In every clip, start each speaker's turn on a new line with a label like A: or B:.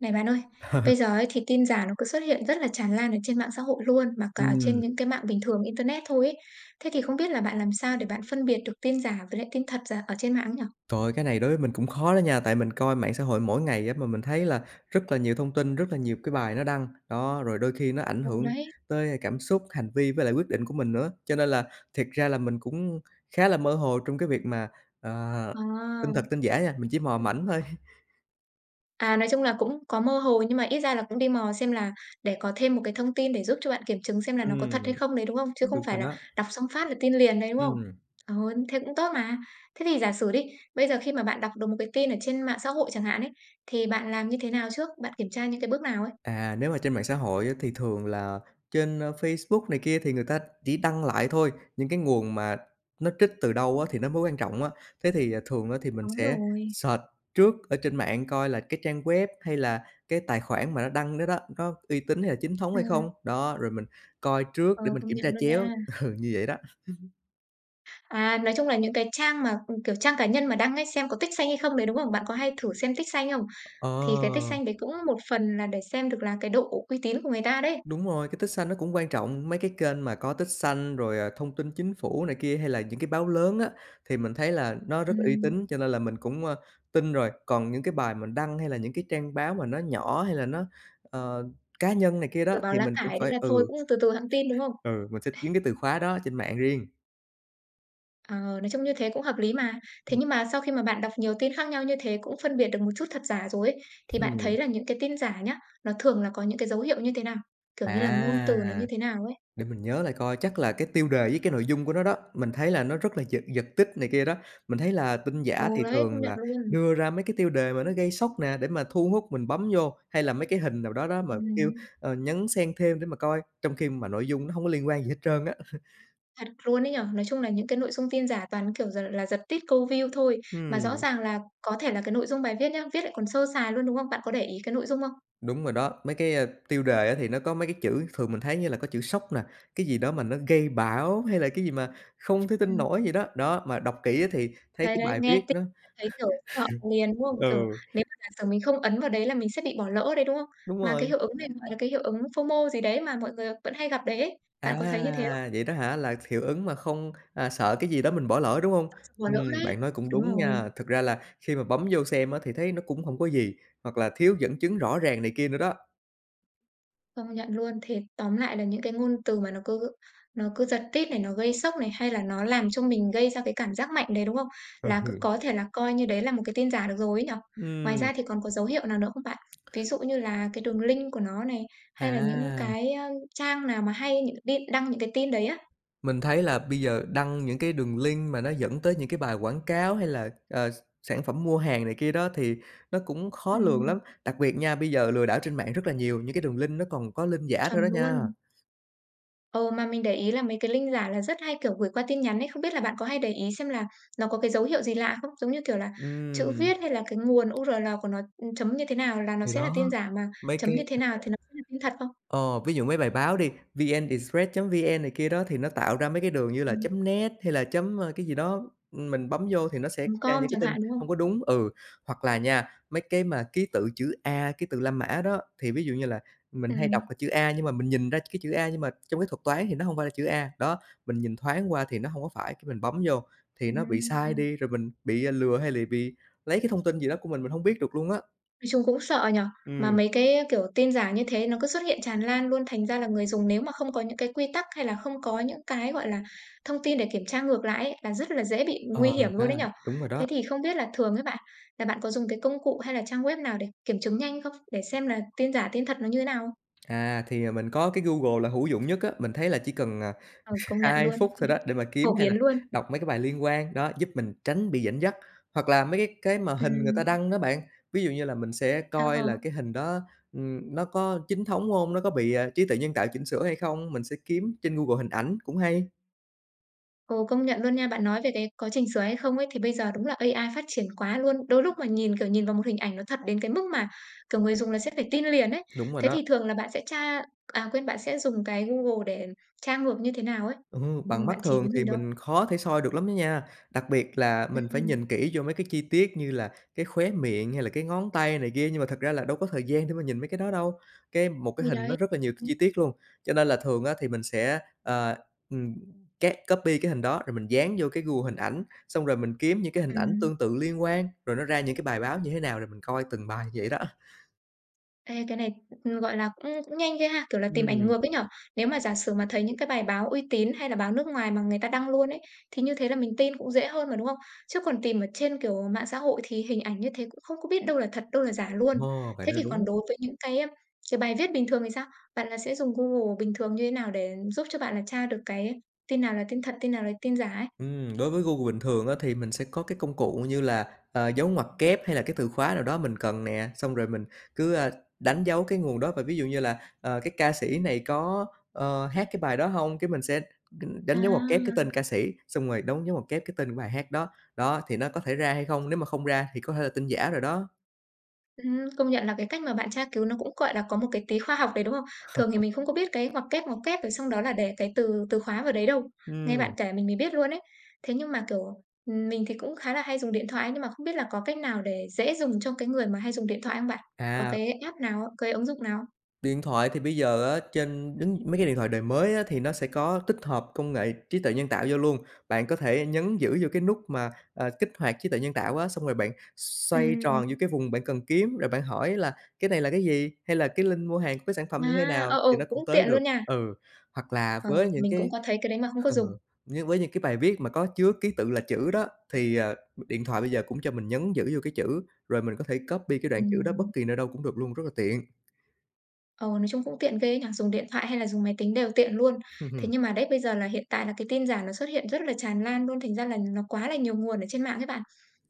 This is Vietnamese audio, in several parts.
A: Này bạn ơi, bây giờ ấy thì tin giả nó cứ xuất hiện rất là tràn lan ở trên mạng xã hội luôn, mà cả ở trên
B: Ừm,
A: những cái mạng bình thường internet thôi ấy. Thế thì không biết là bạn làm sao để bạn phân biệt được tin giả với lại tin thật giả ở trên mạng nhỉ?
B: Trời ơi, cái này đối với mình cũng khó đó nha, tại mình coi mạng xã hội mỗi ngày á, mà mình thấy là rất là nhiều thông tin, rất là nhiều cái bài nó đăng. Đó, rồi đôi khi nó ảnh
A: Ừ,
B: hưởng
A: đấy.
B: tới cảm xúc, hành vi với lại quyết định của mình nữa. Cho nên là thiệt ra là mình cũng khá là mơ hồ trong cái việc mà, ờ, tin
A: À,
B: thật tin giả nha, mình chỉ mò mẫm thôi.
A: à, nói chung là cũng có mơ hồ nhưng mà ít ra là cũng đi mò xem là để có thêm một cái thông tin để giúp cho bạn kiểm chứng xem là nó có thật hay
B: Ừm,
A: không đấy đúng không? Chứ không
B: đúng rồi
A: phải là
B: đó,
A: đọc xong phát là tin liền đấy đúng không?
B: ừm.
A: Ừ, thế cũng tốt mà. Thế thì giả sử đi, bây giờ khi mà bạn đọc được một cái tin ở trên mạng xã hội chẳng hạn ấy, thì bạn làm như thế nào trước? Bạn kiểm tra những cái bước nào ấy?
B: À, nếu mà trên mạng xã hội á, thì thường là trên, Facebook này kia thì người ta chỉ đăng lại thôi, những cái nguồn mà nó trích từ đâu á thì nó mới quan trọng á. Thế thì, thường á thì mình
A: Đúng
B: sẽ
A: rồi,
B: search trước ở trên mạng coi là cái trang web hay là cái tài khoản mà nó đăng đó đó, có uy tín hay là chính thống hay
A: ừm,
B: không? Đó, rồi mình coi trước
A: ờ,
B: để mình
A: công
B: kiểm
A: nhận
B: tra
A: luôn
B: chéo.
A: nha.
B: Ừ, như vậy đó.
A: À, nói chung là những cái trang mà, kiểu, trang cá nhân mà đăng ấy, xem có tích xanh hay không đấy, đúng không? Bạn có hay thử xem tích xanh không?
B: Ờ.
A: Thì cái tích xanh đấy cũng một phần là để xem được là cái độ uy tín của người ta đấy.
B: Đúng rồi, cái tích xanh nó cũng quan trọng, mấy cái kênh mà có tích xanh rồi, thông tin chính phủ này kia hay là những cái báo lớn á, thì mình thấy là nó rất là uy
A: Ừm,
B: tín cho nên là mình cũng, tin rồi. Còn những cái bài mình đăng hay là những cái trang báo mà nó nhỏ hay là nó, ờ, cá nhân này kia đó
A: kiểu, bảo
B: thì
A: lá
B: mình cũng
A: cải nên
B: phải
A: là thôi cũng từ từ hẵng tin, đúng không?
B: ừ, mình sẽ kiếm cái từ khóa đó trên mạng riêng.
A: Ờ, nói chung như thế cũng hợp lý mà. Thế nhưng mà sau khi mà bạn đọc nhiều tin khác nhau như thế, cũng phân biệt được một chút thật giả rồi ấy, thì bạn
B: Ừm,
A: thấy là những cái tin giả nhá, nó thường là có những cái dấu hiệu như thế nào? Kiểu như là, ngôn từ nó như
B: à.
A: thế nào ấy?
B: Để mình nhớ lại coi, chắc là cái tiêu đề với cái nội dung của nó đó, mình thấy là nó rất là giật giật tít này kia đó. Mình thấy là tin
A: Ừ,
B: giả thì
A: đấy, công
B: thường
A: nhận
B: là
A: luôn.
B: đưa ra mấy cái tiêu đề mà nó gây sốc nè, để mà thu hút mình bấm vô, hay là mấy cái hình nào đó đó mà kêu,
A: Ừm.
B: nhấn xen thêm để mà coi, trong khi mà nội dung nó không có liên quan gì hết trơn á.
A: Thật luôn ấy nhở? Nói chung là những cái nội dung tin giả toàn, kiểu, giật là giật tít câu view thôi, mà rõ
B: Ừm,
A: ràng là có thể là cái nội dung bài viết nhá, viết lại còn sơ sài luôn, đúng không? Bạn có để ý cái nội dung không?
B: đúng rồi đó, mấy cái, tiêu đề á thì nó có mấy cái chữ thường mình thấy như là có chữ sốc nè, cái gì đó mà nó gây bão hay là cái gì mà không thể tin
A: Ừm.
B: nổi gì đó. Đó, mà đọc kỹ á thì thấy
A: Đấy,
B: cái
A: đấy,
B: bài
A: nghe
B: viết
A: tin
B: nó
A: đã thấy, kiểu, sợ liền, đúng không? Kiểu,
B: ừ,
A: nếu mà giả sử mình không ấn vào đấy là mình sẽ bị bỏ lỡ đấy, đúng không?
B: đúng
A: Mà
B: rồi.
A: cái hiệu ứng này gọi là cái hiệu ứng FOMO gì đấy mà mọi người vẫn hay gặp đấy ấy, bạn có thấy như thế không?
B: À, vậy đó hả? Là hiệu ứng mà không, sợ cái gì đó mình bỏ lỡ, đúng hông?
A: Sợ bỏ lỡ đấy.
B: Bạn nói cũng
A: Đúng
B: đúng
A: rồi.
B: nha. Thực ra là khi mà bấm vô xem á thì thấy nó cũng hông có gì, hoặc là thiếu dẫn chứng rõ ràng này kia nữa đó.
A: Công nhận luôn. Thế tóm lại là những cái ngôn từ mà nó cứ giật tít này, nó gây sốc này, hay là nó làm cho mình gây ra cái cảm giác mạnh đấy, đúng không?
B: Ừ.
A: Là cứ có thể là coi như đấy là một cái tin giả được rồi ấy nhỉ? Ngoài
B: Ừm,
A: ra thì còn có dấu hiệu nào nữa không bạn? Ví dụ như là cái đường link của nó này, hay là những
B: à,
A: cái, ơ, trang nào mà hay những tin đăng những cái tin đấy á?
B: mình thấy là bây giờ đăng những cái đường link mà nó dẫn tới những cái bài quảng cáo hay là, ờ, s sản phẩm mua hàng này kia đó thì nó cũng khó lường
A: Ừm,
B: lắm. Đặc biệt nha, bây giờ lừa đảo trên mạng rất là nhiều, những cái đường link nó còn có link giả nữa
A: chuẩn
B: đó nha.
A: luôn. Ờ, mà mình để ý là mấy cái link giả là rất hay, kiểu, gửi qua tin nhắn ấy, không biết là bạn có hay để ý xem là nó có cái dấu hiệu gì lạ không? Giống như, kiểu là, chữ
B: Ừm,
A: viết hay là cái nguồn URL của nó, ừ, chấm như thế nào là nó
B: thì
A: sẽ là
B: đó,
A: tin giả, mà
B: mấy
A: chấm
B: cái
A: như thế nào thì nó sẽ là tin thật không?
B: Ờ, ví dụ mấy bài báo đi, VnExpress.vn này kia đó thì nó tạo ra mấy cái đường như là
A: Ừm,
B: chấm net hay là chấm, cái gì đó, mình bấm vô thì nó sẽ
A: chấm
B: ra
A: com
B: những cái
A: chẳng
B: tin
A: hạn, đúng không?
B: không có đúng. Ừ, hoặc là nha, mấy cái mà ký tự chữ A, ký tự La Mã đó, thì ví dụ như là mình hay đọc
A: Ừm,
B: là chữ A nhưng mà mình nhìn ra cái chữ A nhưng mà trong cái thuật toán thì nó không phải là chữ A. Đó, mình nhìn thoáng qua thì nó không có phải, cái mình bấm vô thì nó bị sai
A: ừm.
B: đi, rồi mình bị, lừa hay là bị lấy cái thông tin gì đó của mình không biết được luôn á.
A: Nói chung cũng sợ nhở. Mà
B: Ừm.
A: mấy cái, kiểu, tin giả như thế nó cứ xuất hiện tràn lan luôn, thành ra là người dùng nếu mà không có những cái quy tắc hay là không có những cái, gọi là, thông tin để kiểm tra ngược lại ấy, là rất là dễ bị
B: Ờ,
A: nguy hiểm
B: ha,
A: luôn đấy nhở.
B: đúng rồi đó.
A: Thế thì không biết là thường ấy bạn, là bạn có dùng cái công cụ hay là trang web nào để kiểm chứng nhanh không? Để xem là tin giả tin thật nó như thế nào?
B: À, thì, mình có cái Google là hữu dụng nhất á, mình thấy là chỉ cần,
A: Ừ, công nhận
B: 2
A: luôn,
B: phút thôi đó để mà kiếm
A: Phổ
B: hay là
A: biến luôn.
B: đọc mấy cái bài liên quan, đó, giúp mình tránh bị dẫn dắt. Hoặc là mấy cái mà hình người ta
A: Ừm,
B: đăng đó bạn, ví dụ như là mình sẽ
A: ờ,
B: coi
A: ờ.
B: là cái hình đó, nó có chính thống hông? Nó có bị, trí tuệ nhân tạo chỉnh sửa hay không? Mình sẽ kiếm trên Google hình ảnh cũng hay.
A: Ồ, công nhận luôn nha. Bạn nói về cái có chỉnh sửa hay không ấy, thì bây giờ đúng là AI phát triển quá luôn. Đôi lúc mà nhìn, kiểu, nhìn vào một hình ảnh nó thật đến cái mức mà, kiểu, người dùng là sẽ phải tin liền ấy.
B: Đúng rồi
A: Thế
B: đó.
A: thì thường là bạn sẽ tra à, quên, bạn sẽ dùng cái Google để tra ngược như thế nào ấy?
B: Ừ, bằng mắt
A: Bạn chỉ
B: thường
A: với
B: thì
A: mình đâu?
B: mình khó thể soi được lắm đó nha. Đặc biệt là mình phải
A: Ừm,
B: nhìn kỹ vô mấy cái chi tiết như là cái khóe miệng hay là cái ngón tay này kia, nhưng mà thật ra là đâu có thời gian để mà nhìn mấy cái đó đâu. Cái một cái
A: thì
B: hình nó
A: đấy.
B: rất là nhiều chi tiết luôn. Cho nên là thường á thì mình sẽ, ừm, copy cái hình đó rồi mình dán vô cái Google Hình ảnh, xong rồi mình kiếm những cái hình
A: Ừ
B: ảnh tương tự liên quan, rồi nó ra những cái bài báo như thế nào rồi mình coi từng bài vậy đó.
A: Ê, cái này, gọi là, cũng cũng nhanh ghê ha, kiểu là, tìm ảnh
B: Ừm,
A: ngược ấy nhỉ? Nếu mà giả sử mà thấy những cái bài báo uy tín hay là báo nước ngoài mà người ta đăng luôn ấy, thì như thế là mình tin cũng dễ hơn mà, đúng không? Chứ còn tìm ở trên, kiểu, mạng xã hội thì hình ảnh như thế cũng không có biết đâu là thật, đâu là giả luôn.
B: ờ, bạn
A: Thế
B: nói
A: thì còn
B: đúng.
A: đối với những cái bài viết bình thường thì sao? Bạn là sẽ dùng Google bình thường như thế nào để giúp cho bạn là tra được cái tin nào là tin thật, tin nào là tin giả ấy?
B: Đối với Google bình thường á, thì mình sẽ có cái công cụ như là, dấu ngoặc kép hay là cái từ khóa nào đó mình cần nè, xong rồi mình cứ, đánh dấu cái nguồn đó và ví dụ như là, cái ca sĩ này có, hát cái bài đó không. Cái mình sẽ đánh dấu ngoặc kép cái
A: À.
B: tên ca sĩ, xong rồi đánh dấu ngoặc kép cái tên của bài hát đó. Đó, thì nó có thể ra hay không? Nếu mà không ra thì có thể là tin giả rồi đó.
A: Công nhận là cái cách mà bạn tra cứu nó cũng, gọi là, có một cái tí khoa học đấy, đúng không? Thường thì mình không có biết cái ngoặc kép rồi xong đó là để cái từ từ khóa vào đấy đâu. Nghe
B: Ừm.
A: bạn kể mình mới biết luôn ấy. Thế nhưng mà, kiểu, mình thì cũng khá là hay dùng điện thoại nhưng mà không biết là có cách nào để dễ dùng cho cái người mà hay dùng điện thoại không bạn? Có
B: À.
A: cái app nào? Cái ứng dụng nào không?
B: Điện thoại thì bây giờ á, trên đứng mấy cái điện thoại đời mới á, thì nó sẽ có tích hợp công nghệ trí tuệ nhân tạo vô luôn. Bạn có thể nhấn giữ vô cái nút mà, kích hoạt trí tuệ nhân tạo á, xong rồi bạn xoay tròn
A: Ừm,
B: vô cái vùng bạn cần kiếm, rồi bạn hỏi là "Cái này là cái gì?" hay là "Cái link mua hàng của cái sản phẩm như thế nào?" thì nó cũng
A: cũng
B: tới
A: tiện
B: được.
A: luôn nha.
B: Ừ, hoặc là
A: Ờ,
B: với những
A: mình cũng
B: cái
A: có thấy cái đấy mà không có
B: ừ,
A: dùng.
B: nhưng với những cái bài viết mà có chứa ký tự là chữ đó, thì, điện thoại bây giờ cũng cho mình nhấn giữ vô cái chữ, rồi mình có thể copy cái đoạn chữ đó bất
A: Ừm.
B: kỳ nơi đâu cũng được luôn, rất là tiện.
A: Ừ, nói chung cũng tiện ghê ấy nhỉ, dùng điện thoại hay là dùng máy tính đều tiện luôn. Thế nhưng mà đấy, bây giờ là hiện tại là cái tin giả nó xuất hiện rất là tràn lan luôn, thành ra là nó quá là nhiều nguồn ở trên mạng ấy bạn.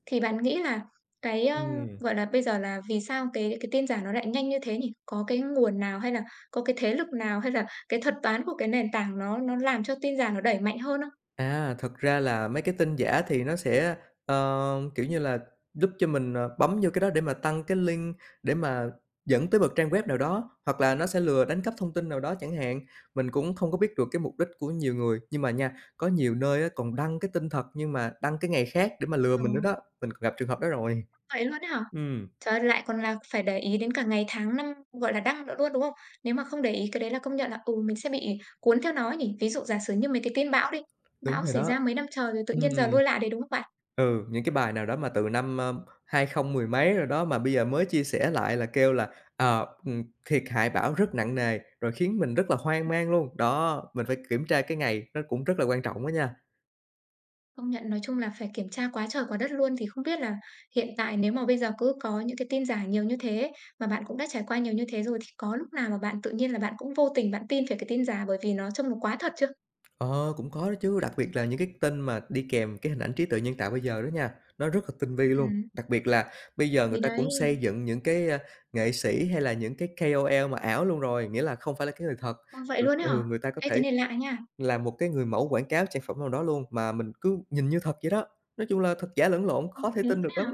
A: Thì bạn nghĩ là cái, ơ,
B: Ừm.
A: gọi là, bây giờ là vì sao cái tin giả nó lại nhanh như thế nhỉ? Có cái nguồn nào hay là có cái thế lực nào hay là cái thuật toán của cái nền tảng nó làm cho tin giả nó đẩy mạnh hơn không?
B: À, thật ra là mấy cái tin giả thì nó sẽ, kiểu như là, giúp cho mình, bấm vô cái đó để mà tăng cái link để mà dẫn tới một trang web nào đó, hoặc là nó sẽ lừa đánh cắp thông tin nào đó chẳng hạn. Mình cũng không có biết được cái mục đích của nhiều người, nhưng mà nha, có nhiều nơi á còn đăng cái tin thật nhưng mà đăng cái ngày khác để mà lừa
A: Ờ,
B: mình nữa đó, mình còn gặp trường hợp đó rồi.
A: vậy luôn đấy hả?
B: Ừm,
A: Trời ơi, lại còn là phải để ý đến cả ngày tháng năm, gọi là, đăng nữa luôn, đúng không? Nếu mà không để ý cái đấy là công nhận là, ừ, mình sẽ bị cuốn theo nó ấy nhỉ? Ví dụ giả sử như mấy cái tin bão đi,
B: đúng
A: bão
B: rồi
A: xảy
B: đó,
A: ra mấy năm trời rồi tự
B: ừm.
A: nhiên giờ lui lại đấy, đúng không bạn?
B: Ừ, những cái bài nào đó mà từ năm, hai 20 mười mấy rồi đó mà bây giờ mới chia sẻ lại là kêu là, thiệt hại bão rất nặng nề, rồi khiến mình rất là hoang mang luôn. Đó, mình phải kiểm tra cái ngày nó cũng rất là quan trọng đó nha.
A: Công nhận nói chung là phải kiểm tra quá trời quá đất luôn, thì không biết là hiện tại nếu mà bây giờ cứ có những cái tin giả nhiều như thế, ấy, mà bạn cũng đã trải qua nhiều như thế rồi, thì có lúc nào mà bạn tự nhiên là bạn cũng vô tình bạn tin phải cái tin giả bởi vì nó trông nó quá thật chưa?
B: Ờ, cũng có đó chứ, đặc biệt là những cái tin mà đi kèm cái hình ảnh trí tuệ nhân tạo bây giờ đó nha, nó rất là tinh vi luôn.
A: Ừm,
B: Đặc biệt là bây giờ người
A: thì
B: ta cũng xây
A: đấy.
B: dựng những cái, nghệ sĩ hay là những cái ca O KOL mà ảo luôn rồi, nghĩa là không phải là cái người thật.
A: Ồ, vậy
B: Rồi
A: luôn ấy hả?
B: người ta có
A: Ê, cái
B: thể
A: này lạ nha.
B: là một cái người mẫu quảng cáo sản phẩm nào đó luôn, mà mình cứ nhìn như thật vậy đó. Nói chung là thật giả lẫn lộn,
A: Ồ,
B: khó thể
A: thế
B: tin
A: luôn
B: được
A: ấy
B: lắm.
A: hả?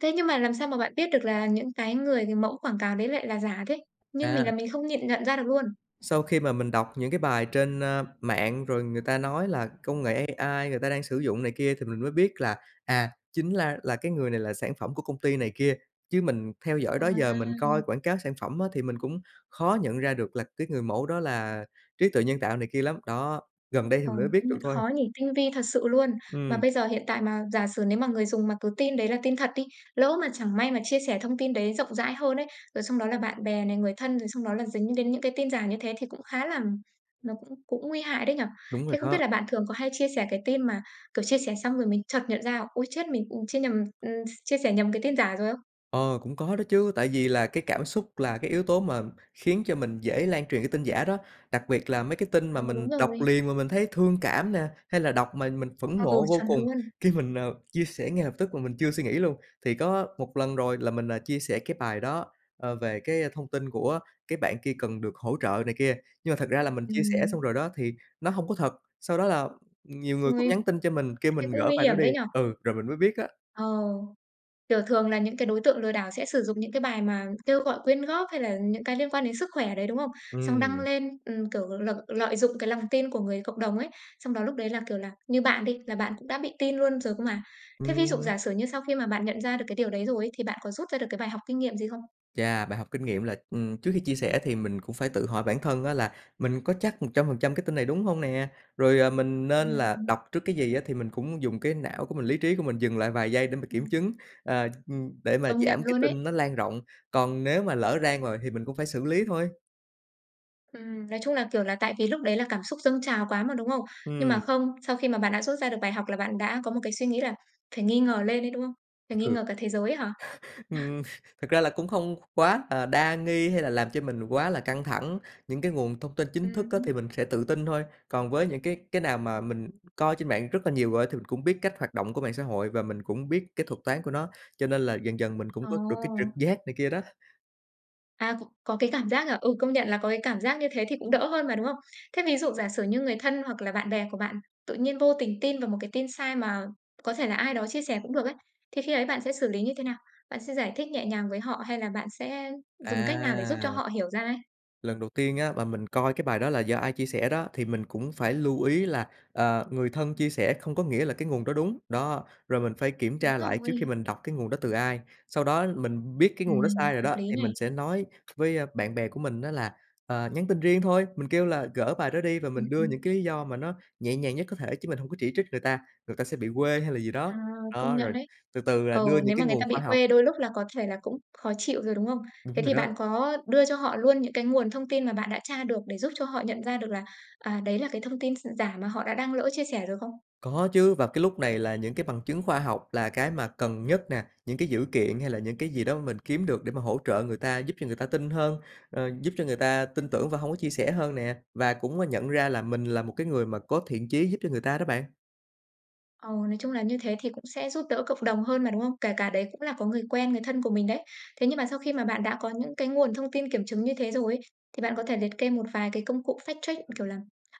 A: Thế nhưng mà làm sao mà bạn biết được là những cái người cái mẫu quảng cáo đấy lại là giả thế? Như mình
B: À,
A: là mình không nhận nhận ra được luôn.
B: sau khi mà mình đọc những cái bài trên, mạng rồi người ta nói là công nghệ AI người ta đang sử dụng này kia thì mình mới biết là, chính là cái người này là sản phẩm của công ty này kia. Chứ mình theo dõi đó
A: À,
B: giờ mình coi quảng cáo sản phẩm á, thì mình cũng khó nhận ra được là cái người mẫu đó là trí tuệ nhân tạo này kia lắm. Đó, gần đây thì
A: ờ,
B: mình mới biết
A: công
B: được
A: nhận
B: thôi.
A: khó nhỉ, tinh vi thật sự luôn. Mà
B: Ừ
A: bây giờ hiện tại mà giả sử nếu mà người dùng mà cứ tin đấy là tin thật đi, lỡ mà chẳng may mà chia sẻ thông tin đấy rộng rãi hơn ấy, rồi xong đó là bạn bè này, người thân, rồi xong đó là dính đến những cái tin giả như thế thì cũng khá là nó cũng cũng nguy hại đấy nhở?
B: đúng rồi
A: Thế không
B: đó.
A: biết là bạn thường có hay chia sẻ cái tin mà, kiểu, chia sẻ xong rồi mình chợt nhận ra, ôi, chết, mình, cũng chia nhầm chia sẻ nhầm cái tin giả rồi không?
B: Ờ, Cũng có đó chứ, tại vì là cái cảm xúc là cái yếu tố mà khiến cho mình dễ lan truyền cái tin giả đó, đặc biệt là mấy cái tin mà
A: Ờ,
B: mình
A: đúng
B: đọc
A: rồi.
B: liền mà mình thấy thương cảm nè, hay là đọc mà mình phẫn
A: Ờ, Ừ,
B: nộ vô
A: chuẩn
B: cùng,
A: luôn.
B: khi mình, chia sẻ ngay lập tức mà mình chưa suy nghĩ luôn. Thì có một lần rồi là mình, chia sẻ cái bài đó, về cái thông tin của cái bạn kia cần được hỗ trợ này kia, nhưng mà thật ra là mình chia sẻ
A: Ừm,
B: xong rồi đó thì nó không có thật, sau đó là nhiều người cũng
A: nguy
B: nhắn tin cho mình kêu
A: thế
B: mình
A: cũng
B: gỡ
A: nguy
B: bài đó
A: hiểm
B: đi,
A: đấy nhở?
B: ừ, rồi mình mới biết á.
A: Ờ, kiểu, thường là những cái đối tượng lừa đảo sẽ sử dụng những cái bài mà kêu gọi quyên góp hay là những cái liên quan đến sức khỏe đấy, đúng không?
B: Ừ.
A: Xong đăng lên, kiểu, lợi lợi dụng cái lòng tin của người cộng đồng ấy, xong đó lúc đấy là, kiểu là, như bạn đi, là bạn cũng đã bị tin luôn rồi cơ mà. Thế ví dụ
B: ừm.
A: giả sử như sau khi mà bạn nhận ra được cái điều đấy rồi ấy, thì bạn có rút ra được cái bài học kinh nghiệm gì không?
B: Chà, bài học kinh nghiệm là, trước khi chia sẻ thì mình cũng phải tự hỏi bản thân á là mình có chắc 100% cái tin này đúng không nè? Rồi, mình nên là
A: Ừm,
B: đọc trước cái gì á thì mình cũng dùng cái não của mình, lý trí của mình dừng lại vài giây để mà kiểm
A: ừm,
B: chứng, để mà
A: công nhận
B: giảm cái
A: luôn ấy.
B: tin nó lan rộng. Còn nếu mà lỡ rang rồi thì mình cũng phải xử lý thôi.
A: Nói chung là, kiểu là, tại vì lúc đấy là cảm xúc dâng trào quá mà, đúng không? Nhưng mà
B: Ừm.
A: không, sau khi mà bạn đã rút ra được bài học là bạn đã có một cái suy nghĩ là phải nghi ngờ lên đấy đúng không? Phải nghi
B: Ừ.
A: ngờ cả thế giới ấy hả?
B: Ừm, thực ra là cũng không quá, đa nghi hay là làm cho mình quá là căng thẳng. Những cái nguồn thông tin chính thức á thì
A: Ừm.
B: mình sẽ tự tin thôi, còn với những cái nào mà mình coi trên mạng rất là nhiều rồi thì mình cũng biết cách hoạt động của mạng xã hội và mình cũng biết cái thuật toán của nó, cho nên là dần dần mình cũng
A: Ồ,
B: có được cái trực giác này kia đó.
A: à, c có cái cảm giác à? Ừ, công nhận là có cái cảm giác như thế thì cũng đỡ hơn mà, đúng không? Thế ví dụ giả sử như người thân hoặc là bạn bè của bạn tự nhiên vô tình tin vào một cái tin sai mà có thể là ai đó chia sẻ cũng được ấy, thì khi ấy bạn sẽ xử lý như thế nào? Bạn sẽ giải thích nhẹ nhàng với họ hay là bạn sẽ dùng cách nào để giúp cho
B: À.
A: họ hiểu ra ấy?
B: Lần đầu tiên á, mà mình coi cái bài đó là do ai chia sẻ đó, thì mình cũng phải lưu ý là, người thân chia sẻ không có nghĩa là cái nguồn đó đúng. Đó, rồi mình phải kiểm
A: Đúng
B: tra lại trước khi
A: rồi.
B: mình đọc cái nguồn đó từ ai. Sau đó mình biết cái nguồn đó sai rồi
A: Hợp
B: đó,
A: lý
B: thì mình
A: này.
B: sẽ nói với, bạn bè của mình đó là, nhắn tin riêng thôi, mình kêu là gỡ bài đó đi và
A: Ừm,
B: mình đưa những
A: ừm.
B: cái lý do mà nó nhẹ nhàng nhất có thể chứ mình không có chỉ trích người ta sẽ bị quê hay là gì đó.
A: À, công
B: Đó, rồi
A: nhận đấy.
B: từ từ là
A: Ờ,
B: đưa những
A: nếu
B: cái
A: mà người
B: nguồn
A: ta bị
B: khoa học
A: quê đôi lúc là có thể là cũng khó chịu rồi, đúng không?
B: đúng
A: Thế
B: rồi
A: thì
B: đó.
A: bạn có đưa cho họ luôn những cái nguồn thông tin mà bạn đã tra được để giúp cho họ nhận ra được là, à, đấy là cái thông tin x giả mà họ đã đang lỡ chia sẻ rồi không?
B: Có chứ, và cái lúc này là những cái bằng chứng khoa học là cái mà cần nhất nè, những cái dữ kiện hay là những cái gì đó mà mình kiếm được để mà hỗ trợ người ta, giúp cho người ta tin hơn, giúp cho người ta tin tưởng và không có chia sẻ hơn nè, và cũng, nhận ra là mình là một cái người mà có thiện chí giúp cho người ta đó bạn.
A: Ờ, nói chung là như thế thì cũng sẽ giúp đỡ cộng đồng hơn mà, đúng không? Kể cả đấy cũng là có người quen, người thân của mình đấy. Thế nhưng mà sau khi mà bạn đã có những cái nguồn thông tin kiểm chứng như thế rồi ấy, thì bạn có thể liệt kê một vài cái công cụ fact check, kiểu là,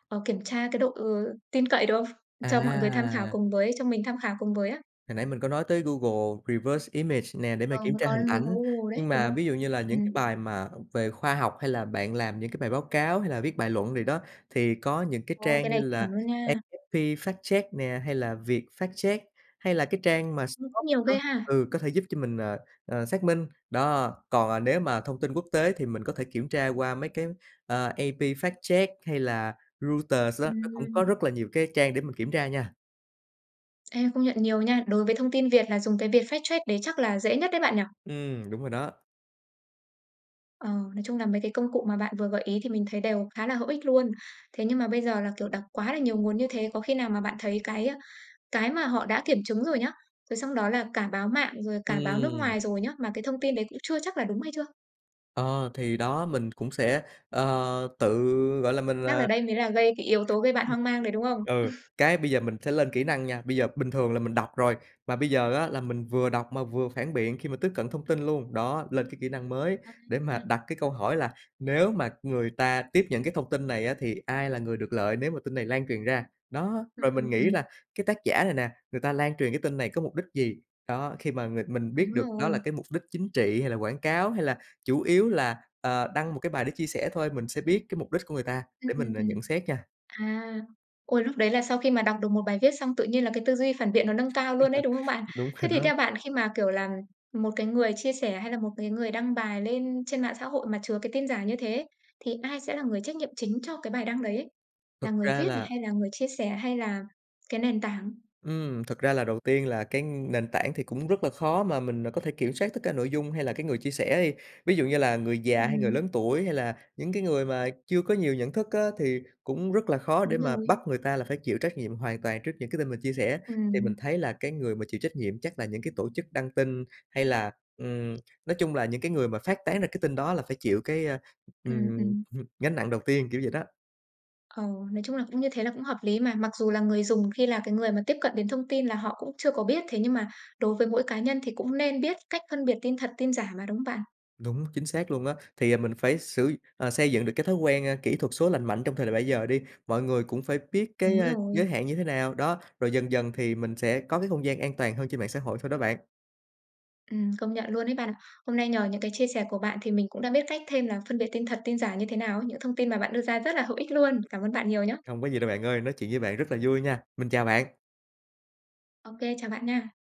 A: ờ, kiểm tra cái độ, ừ, tin cậy, được không? Cho mọi người tham khảo
B: À.
A: cùng với cho mình tham khảo cùng với á.
B: Hồi nãy mình có nói tới Google Reverse Image nè để mà
A: Ờ,
B: kiểm
A: mới
B: tra
A: có
B: hình
A: mới có
B: ảnh,
A: Google đấy,
B: nhưng
A: đúng
B: mà
A: không?
B: ví dụ như là những cái
A: Ừm,
B: bài mà về khoa học hay là bạn làm những cái bài báo cáo hay là viết bài luận gì đó, thì có những cái
A: ồ,
B: trang
A: cái
B: như
A: này
B: là
A: chuẩn luôn nha.
B: AFP Fact Check nè, hay là Việt Fact Check hay là cái trang mà
A: Cũng
B: Snopes
A: nhiều
B: đó,
A: ghê ha.
B: ừ, có thể giúp cho mình, xác minh. Đó, còn, nếu mà thông tin quốc tế thì mình có thể kiểm tra qua mấy cái, AP Fact Check hay là Reuters đó, nó cũng có
A: Ừm,
B: rất là nhiều cái trang để mình kiểm tra nha.
A: ê, công nhận nhiều nha. Đối với thông tin Việt là dùng cái việc fact check đấy chắc là dễ nhất đấy bạn nhỉ?
B: Đúng rồi đó.
A: Ờ, nói chung là mấy cái công cụ mà bạn vừa gợi ý thì mình thấy đều khá là hữu ích luôn. Thế nhưng mà bây giờ là, kiểu, đọc quá là nhiều nguồn như thế, có khi nào mà bạn thấy cái ờ, cái mà họ đã kiểm chứng rồi nhá, rồi xong đó là cả báo mạng, rồi cả báo nước
B: Ừm.
A: ngoài rồi nhá, mà cái thông tin đấy cũng chưa chắc là đúng hay chưa?
B: Ờ, thì đó, mình cũng sẽ, tự, gọi là, mình,
A: Chắc là đây mới là gây cái yếu tố gây bạn hoang mang đấy, đúng không?
B: Ừ, cái bây giờ mình sẽ lên kỹ năng nha. Bây giờ bình thường là mình đọc rồi, mà bây giờ á là mình vừa đọc mà vừa phản biện khi mà tiếp cận thông tin luôn. Đó, lên cái kỹ năng mới
A: À,
B: để mà
A: ừ
B: đặt cái câu hỏi là nếu mà người ta tiếp nhận cái thông tin này á, thì ai là người được lợi nếu mà tin này lan truyền ra? Đó,
A: ừ.
B: rồi mình nghĩ
A: Ừm,
B: là cái tác giả này nè, người ta lan truyền cái tin này có mục đích gì? Đó, khi mà người mình biết
A: đúng
B: được đó là
A: rồi.
B: cái mục đích chính trị hay là quảng cáo hay là chủ yếu là, đăng một cái bài để chia sẻ thôi, mình sẽ biết cái mục đích của người ta
A: Ừ
B: để
A: ừ
B: mình,
A: ừ.
B: nhận xét nha.
A: À, ôi, lúc đấy là sau khi mà đọc được một bài viết xong tự nhiên là cái tư duy phản biện nó nâng cao luôn đấy đúng không bạn?
B: Đúng
A: Thế
B: rồi
A: thì
B: đó.
A: theo bạn khi mà, kiểu là, một cái người chia sẻ hay là một cái người đăng bài lên trên mạng xã hội mà chứa cái tin giả như thế, thì ai sẽ là người trách nhiệm chính cho cái bài đăng đấy? Ấy? Là
B: Thực
A: người
B: ra
A: viết này,
B: là
A: hay là người chia sẻ, hay là cái nền tảng?
B: Thực ra là đầu tiên là cái nền tảng thì cũng rất là khó mà mình có thể kiểm soát tất cả nội dung hay là cái người chia sẻ đi. Ví dụ như là người
A: Ừ,
B: già hay người lớn tuổi hay là những cái người mà chưa có nhiều nhận thức á, thì cũng rất là khó để
A: đúng
B: mà bắt
A: rồi.
B: người ta là phải chịu trách nhiệm hoàn toàn trước những cái tin mình chia sẻ.
A: Ừ,
B: Thì mình thấy là cái người mà chịu trách nhiệm chắc là những cái tổ chức đăng tin hay là, ừm, nói chung là những cái người mà phát tán ra cái tin đó là phải chịu cái,
A: ừ, ừ.
B: ừm, gánh nặng đầu tiên, kiểu vậy đó.
A: Ờ, nói chung là cũng như thế là cũng hợp lý mà. Mặc dù là người dùng khi là cái người mà tiếp cận đến thông tin là họ cũng chưa có biết, thế nhưng mà đối với mỗi cá nhân thì cũng nên biết cách phân biệt tin thật, tin giả mà, đúng không bạn?
B: Đúng, chính xác luôn á. Thì, mình phải xây dựng được cái thói quen, kỹ thuật số lành mạnh trong thời đại bây giờ đi, mọi người cũng phải biết cái,
A: Đúng
B: giới
A: rồi.
B: hạn như thế nào, đó, rồi dần dần thì mình sẽ có cái không gian an toàn hơn trên mạng xã hội thôi đó bạn.
A: Công nhận luôn đấy bạn ạ. Hôm nay nhờ những cái chia sẻ của bạn thì mình cũng đã biết cách thêm là phân biệt tin thật, tin giả như thế nào ấy. Những thông tin mà bạn đưa ra rất là hữu ích luôn. Cảm ơn bạn nhiều nhé.
B: Không có gì đâu bạn ơi, nói chuyện với bạn rất là vui nha. Mình chào bạn.
A: OK, chào bạn nha.